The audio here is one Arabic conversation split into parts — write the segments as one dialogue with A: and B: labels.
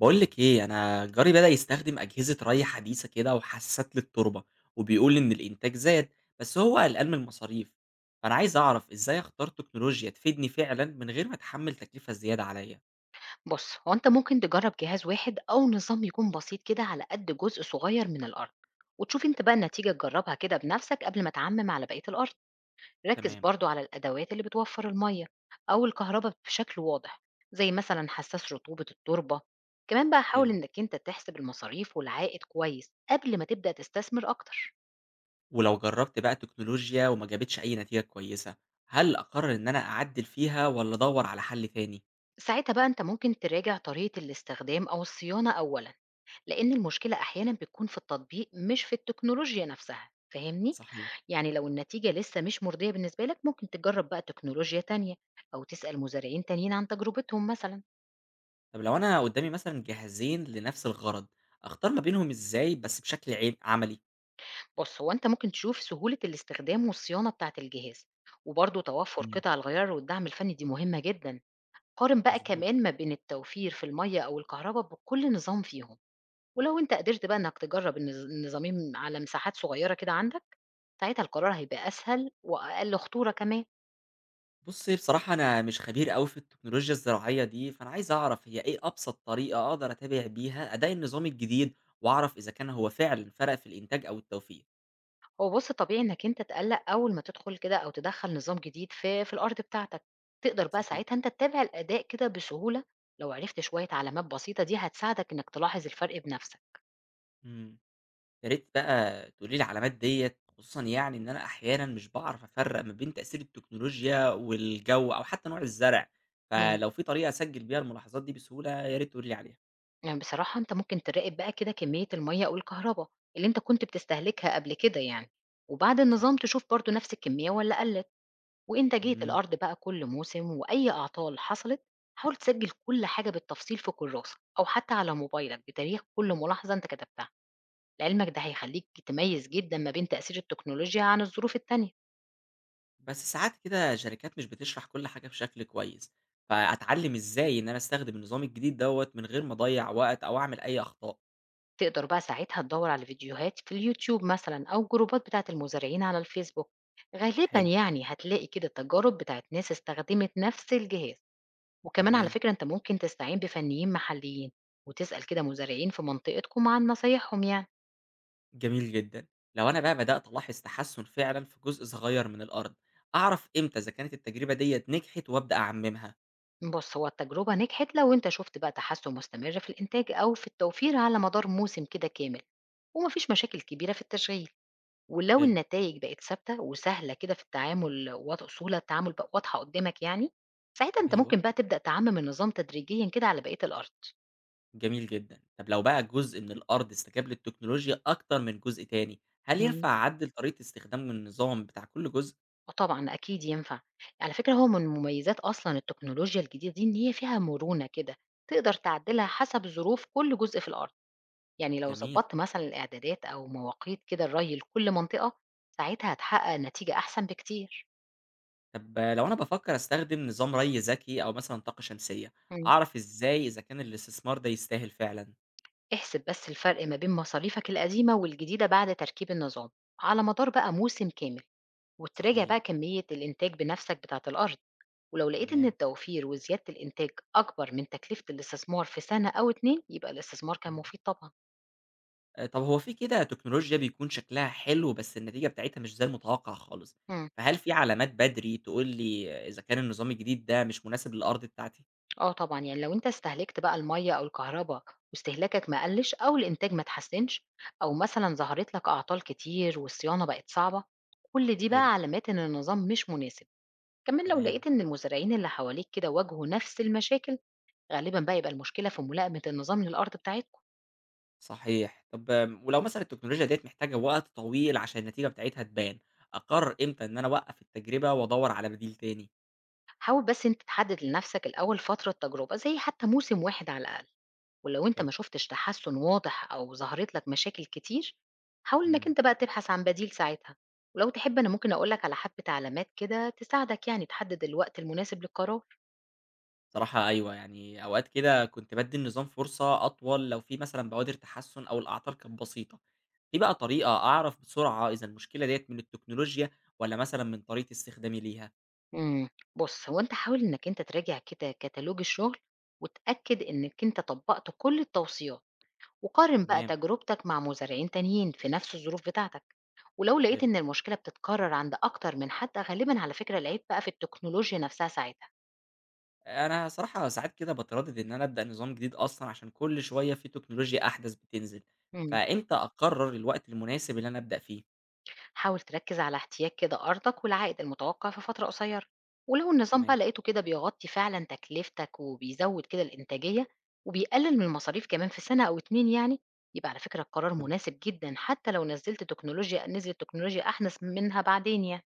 A: بقول لك ايه، انا جاري بدأ يستخدم اجهزة ري حديثة كده وحساسات للتربة، وبيقول ان الانتاج زاد، بس هو قلقان من المصاريف. فانا عايز اعرف ازاي اختار تكنولوجيا تفيدني فعلا من غير ما اتحمل تكلفة زيادة عليا.
B: بُص، هو أنت ممكن تجرّب جهاز واحد أو نظام يكون بسيط كده على قد جزء صغير من الأرض، وتشوف أنت بقى النتيجة تجرّبها كده بنفسك قبل ما تعمم على بقية الأرض، ركّز
A: تمام.
B: برضه على الأدوات اللي بتوفّر المَيّة أو الكهربا بشكل واضح، زي مثلًا حسّاس رطوبة التربة، كمان بقى حاول
A: حلو.
B: إنك أنت تحسب المصاريف والعائد كويس قبل ما تبدأ تستثمر أكتر،
A: ولو جربت بقى تكنولوجيا وما جابتش اي نتيجة كويسة، هل اقرر ان انا اعدل فيها ولا ادور على حل تاني؟
B: ساعتها بقى أنت ممكن تراجع طريقة الاستخدام أو الصيانة أولًا. لأن المشكلة أحيانا بتكون في التطبيق مش في التكنولوجيا نفسها فاهمني؟
A: صحيح.
B: يعني لو النتيجة لسه مش مرضية بالنسبة لك ممكن تجرب بقى تكنولوجيا تانية أو تسأل مزارعين تانيين عن تجربتهم مثلا.
A: طب لو انا قدامي مثلا جهازين لنفس الغرض، اختار ما بينهم ازاي بس بشكل عيب عملي؟
B: بص هو أنت ممكن تشوف سهولة الاستخدام والصيانة بتاعة الجهاز، وبرضه توفر
A: مم،
B: قطع الغيار والدعم الفني دي مهمة جدا. قارن بقى
A: مظبوط.
B: كمان ما بين التوفير في المية أو الكهرباء بكل نظام فيهم، ولو أنت قدرت بقى إنك تجرب النظامين على مساحات صغيرة كده عندك، ساعتها القرار هيبقى أسهل وأقل خطورة كمان.
A: بُصّي، بصراحة أنا مش خبير أوي في التكنولوجيا الزراعية دي، فأنا عايز أعرف هي إيه أبسط طريقة أقدر أتابع بيها أداء النظام الجديد، وأعرف إذا كان هو فعلًا فرق في الإنتاج أو التوفير؟
B: هو بُص طبيعي إنك أنت تقلّق أول ما تدخل كده أو تدخّل نظام جديد في الأرض بتاعتك، تقدر بقى
A: صحيح.
B: ساعتها أنت تتابع الأداء كده بسهولة. لو عرفت شوية علامات بسيطة دي هتساعدك إنك تلاحظ الفرق بنفسك،
A: إمم، يا ريت بقى تقولي لي العلامات ديّة، خصوصًا يعني إن أنا أحيانًا مش باعرف أفرّق ما بين تأثير التكنولوجيا والجو أو حتى نوع الزرع،
B: إمم.
A: فلو في طريقة أسجّل بيها الملاحظات دي بسهولة يا ريت تقولي لي عليها.
B: يعني بصراحة أنت ممكن تراقب بقى كده كمية المَيّة أو الكهربا اللي أنت كنت بتستهلكها قبل كده يعني، وبعد النظام
A: صحيح.
B: تشوف برضه نفس الكمية والّا قلّت، وإنتاجية
A: إمم.
B: الأرض بقى كل موسم وأي أعطال حصلت. حاول تسجل كل حاجة بالتفصيل في كراسة أو حتى على موبايلك بتاريخ كل ملاحظة أنت كتبتها. لعلمك ده هيخليك تميز جدًا ما بين تأثير التكنولوجيا عن الظروف التانية،
A: بس ساعات كده شركات مش بتشرح كل حاجة بشكل كويس، فأتعلم إزاي إن أنا أستخدم النظام الجديد دوت من غير ما أضيع وقت أو أعمل أي أخطاء.
B: تقدر بقى ساعتها تدوّر على فيديوهات في اليوتيوب مثلًا أو جروبات بتاعة المزارعين على الفيسبوك، غالبًا
A: حلو.
B: يعني هتلاقي كده تجارب بتاعة ناس استخدمت نفس الجهاز. وكمان على
A: تمام.
B: فكرة أنت ممكن تستعين بفنيين محليين، وتسأل كده مزارعين في منطقتكم عن نصايحهم يعني.
A: جميل جدا. لو أنا بقى بدأت ألاحظ تحسن فعلا في جزء صغير من الأرض، أعرف إمتى إذا كانت التجربة ديت نجحت وأبدأ أعممها؟
B: بُص، هو التجربة نجحت لو أنت شُفت بقى تحسُّن مستمر في الإنتاج أو في التوفير على مدار موسم كده كامل، وما فيش مشاكل كبيرة في التشغيل. ولو
A: حلو.
B: النتايج بقت ثابتة وسهلة كده في التعامل سهولة التعامل بقى واضحة قدّامك يعني، ساعتها أنت
A: أيوه.
B: ممكن بقى تبدأ تعمّم النظام تدريجيًا كده على بقية الأرض.
A: جميل جدا. طب لو بقى جزء من الأرض استجاب للتكنولوجيا أكتر من جزء تاني، هل ينفع
B: إمم.
A: أعدل طريقة استخدام النظام بتاع كل جزء؟
B: آه طبعًا أكيد ينفع. على فكرة هو من مميزات أصلًا التكنولوجيا الجديدة دي إن هي فيها مرونة كده، تقدر تعدلها حسب ظروف كل جزء في الأرض. يعني لو
A: جميل.
B: ضبطت مثلًا الإعدادات أو مواقيت كده الري لكل منطقة، ساعتها هتحقق نتيجة أحسن بكتير.
A: طب لو أنا بافكر أستخدم نظام ري ذكي أو مثلًا طاقة شمسية، أعرف إزاي إذا كان الاستثمار ده يستاهل فعلًا؟
B: احسب بس الفرق ما بين مصاريفك القديمة والجديدة بعد تركيب النظام على مدار بقى موسم كامل، وتراجع بقى
A: صحيح،
B: كمية الإنتاج بنفسك بتاعة الأرض، ولو لقيت إن
A: تمام.
B: التوفير وزيادة الإنتاج أكبر من تكلفة الاستثمار في سنة أو اتنين يبقى الاستثمار كان
A: إمم.
B: مفيد طبعا.
A: طب هو في كده تكنولوجيا بيكون شكلها حلو بس النتيجة بتاعتها مش زي المتوقع خالص،
B: مم.
A: فهل في علامات بدري تقول لي إذا كان النظام الجديد ده مش مناسب للأرض بتاعتي؟
B: اه طبعا يعني لو انت استهلكت بقى المية أو الكهرباء واستهلاكك ما قلش أو الإنتاج ما تحسنش، أو مثلا ظهرت لك أعطال كتير والصيانة بقت صعبة، كل دي
A: حلو،
B: بقى علامات إن النظام مش مناسب. كمان لو
A: تمام،
B: لقيت إن المزارعين اللي حواليك كده واجهوا نفس المشاكل، غالبا بقى يبقى المشكلة في ملائمة النظام للأرض بتاعتكم.
A: صحيح. طب ولو مثلًا التكنولوجيا ديّة محتاجة وقت طويل عشان النتيجة بتاعتها تبان، أقرر إمتى إن أنا أوقف التجربة وأدوّر على بديل تاني؟
B: حاول بس أنت تحدد لنفسك الأول فترة تجربة زي حتى موسم واحد على الأقل، ولو أنت
A: حلو،
B: ما شفتش تحسن واضح أو ظهرت لك مشاكل كتير حاول إنك
A: إمم.
B: أنت بقى تبحث عن بديل ساعتها. ولو تحب أنا ممكن أقولك على حبة علامات كده تساعدك يعني تحدد الوقت المناسب للقرار.
A: بصراحة أيوه، يعني أوقات كده كنت بادّي النظام فرصة أطول لو في مثلًا بوادر تحسُّن أو الأعطال كانت بسيطة، في بقى طريقة أعرف بسرعة إذا المشكلة ديّة من التكنولوجيا والّا مثلًا من طريقة استخدامي ليها؟
B: امم. بص هو أنت حاول إنك أنت تراجع كده كتالوج الشغل وتأكد إنك أنت طبقت كل التوصيات، وقارن بقى
A: تمام،
B: تجربتك مع مزارعين تانيين في نفس الظروف بتاعتك، ولو لقيت
A: حلو.
B: إن المشكلة بتتكرر عند أكتر من حد غالبا على فكرة العيب بقى في التكنولوجيا نفسها ساعتها.
A: أنا صراحة ساعات كده باتردد إن أنا أبدأ نظام جديد أصلًا عشان كل شوية في تكنولوجيا أحدث بتنزل،
B: مم.
A: فإمتى أقرّر الوقت المناسب اللي أنا أبدأ فيه؟
B: حاول تركز على احتياج كده أرضك والعائد المتوقع في فترة قصيرة، ولو النظام
A: تمام.
B: بقى لقيته كده بيغطي فعلا تكلفتك وبيزود كده الإنتاجية وبيقلل من المصاريف كمان في سنة أو اتنين يعني، يبقى على فكرة القرار
A: حلو.
B: مناسب جدا حتى لو نزلت تكنولوجيا أحدث منها بعدين يعني.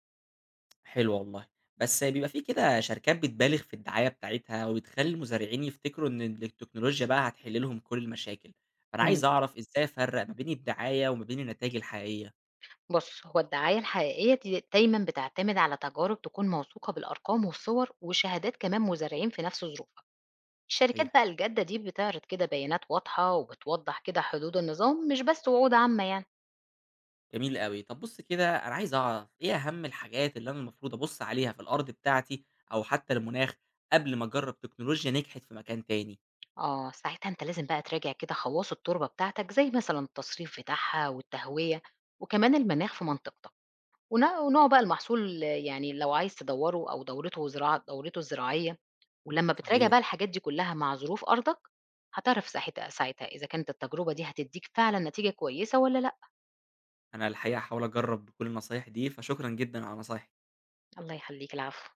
A: حلو والله. بس بيبقى في كده شركات بتبالغ في الدعاية بتاعتها وبتخلّي المزارعين يفتكروا إن التكنولوجيا بقى هتحل لهم كل المشاكل، فأنا عايز أعرف إزاي أفرّق ما بين الدعاية وما بين النتايج الحقيقية؟
B: بُص، هو الدعاية الحقيقية دي دايمًا بتعتمد على تجارب تكون موثوقة بالأرقام والصور وشهادات كمان مزارعين في نفس ظروفها. الشركات
A: صحيح.
B: بقى الجادة دي بتعرض كده بيانات واضحة وبتوضح كده حدود النظام مش بس وعود عامة يعني.
A: جميل أوي. طب بُص كده، أنا عايز أعرف إيه أهم الحاجات اللي أنا المفروض أبُص عليها في الأرض بتاعتي أو حتى المناخ قبل ما أجرّب تكنولوجيا نجحت في مكان تاني؟
B: آه، ساعتها أنت لازم بقى تراجع كده خواص التربة بتاعتك زي مثلًا التصريف بتاعها والتهوية وكمان المناخ في منطقتك. ونوع بقى المحصول يعني لو عايز تدوّره أو دورته الزراعية، ولمّا بتراجع
A: صحيح.
B: بقى الحاجات دي كلّها مع ظروف أرضك، هتعرف ساعتها إذا كانت التجربة دي هتدّيك فعلًا نتيجة كويسة والّا لأ.
A: أنا الحقيقة هاحاول أجرّب كل النصايح دي، فشكرًا جدًا على نصايحك.
B: الله يخلّيك، العفو.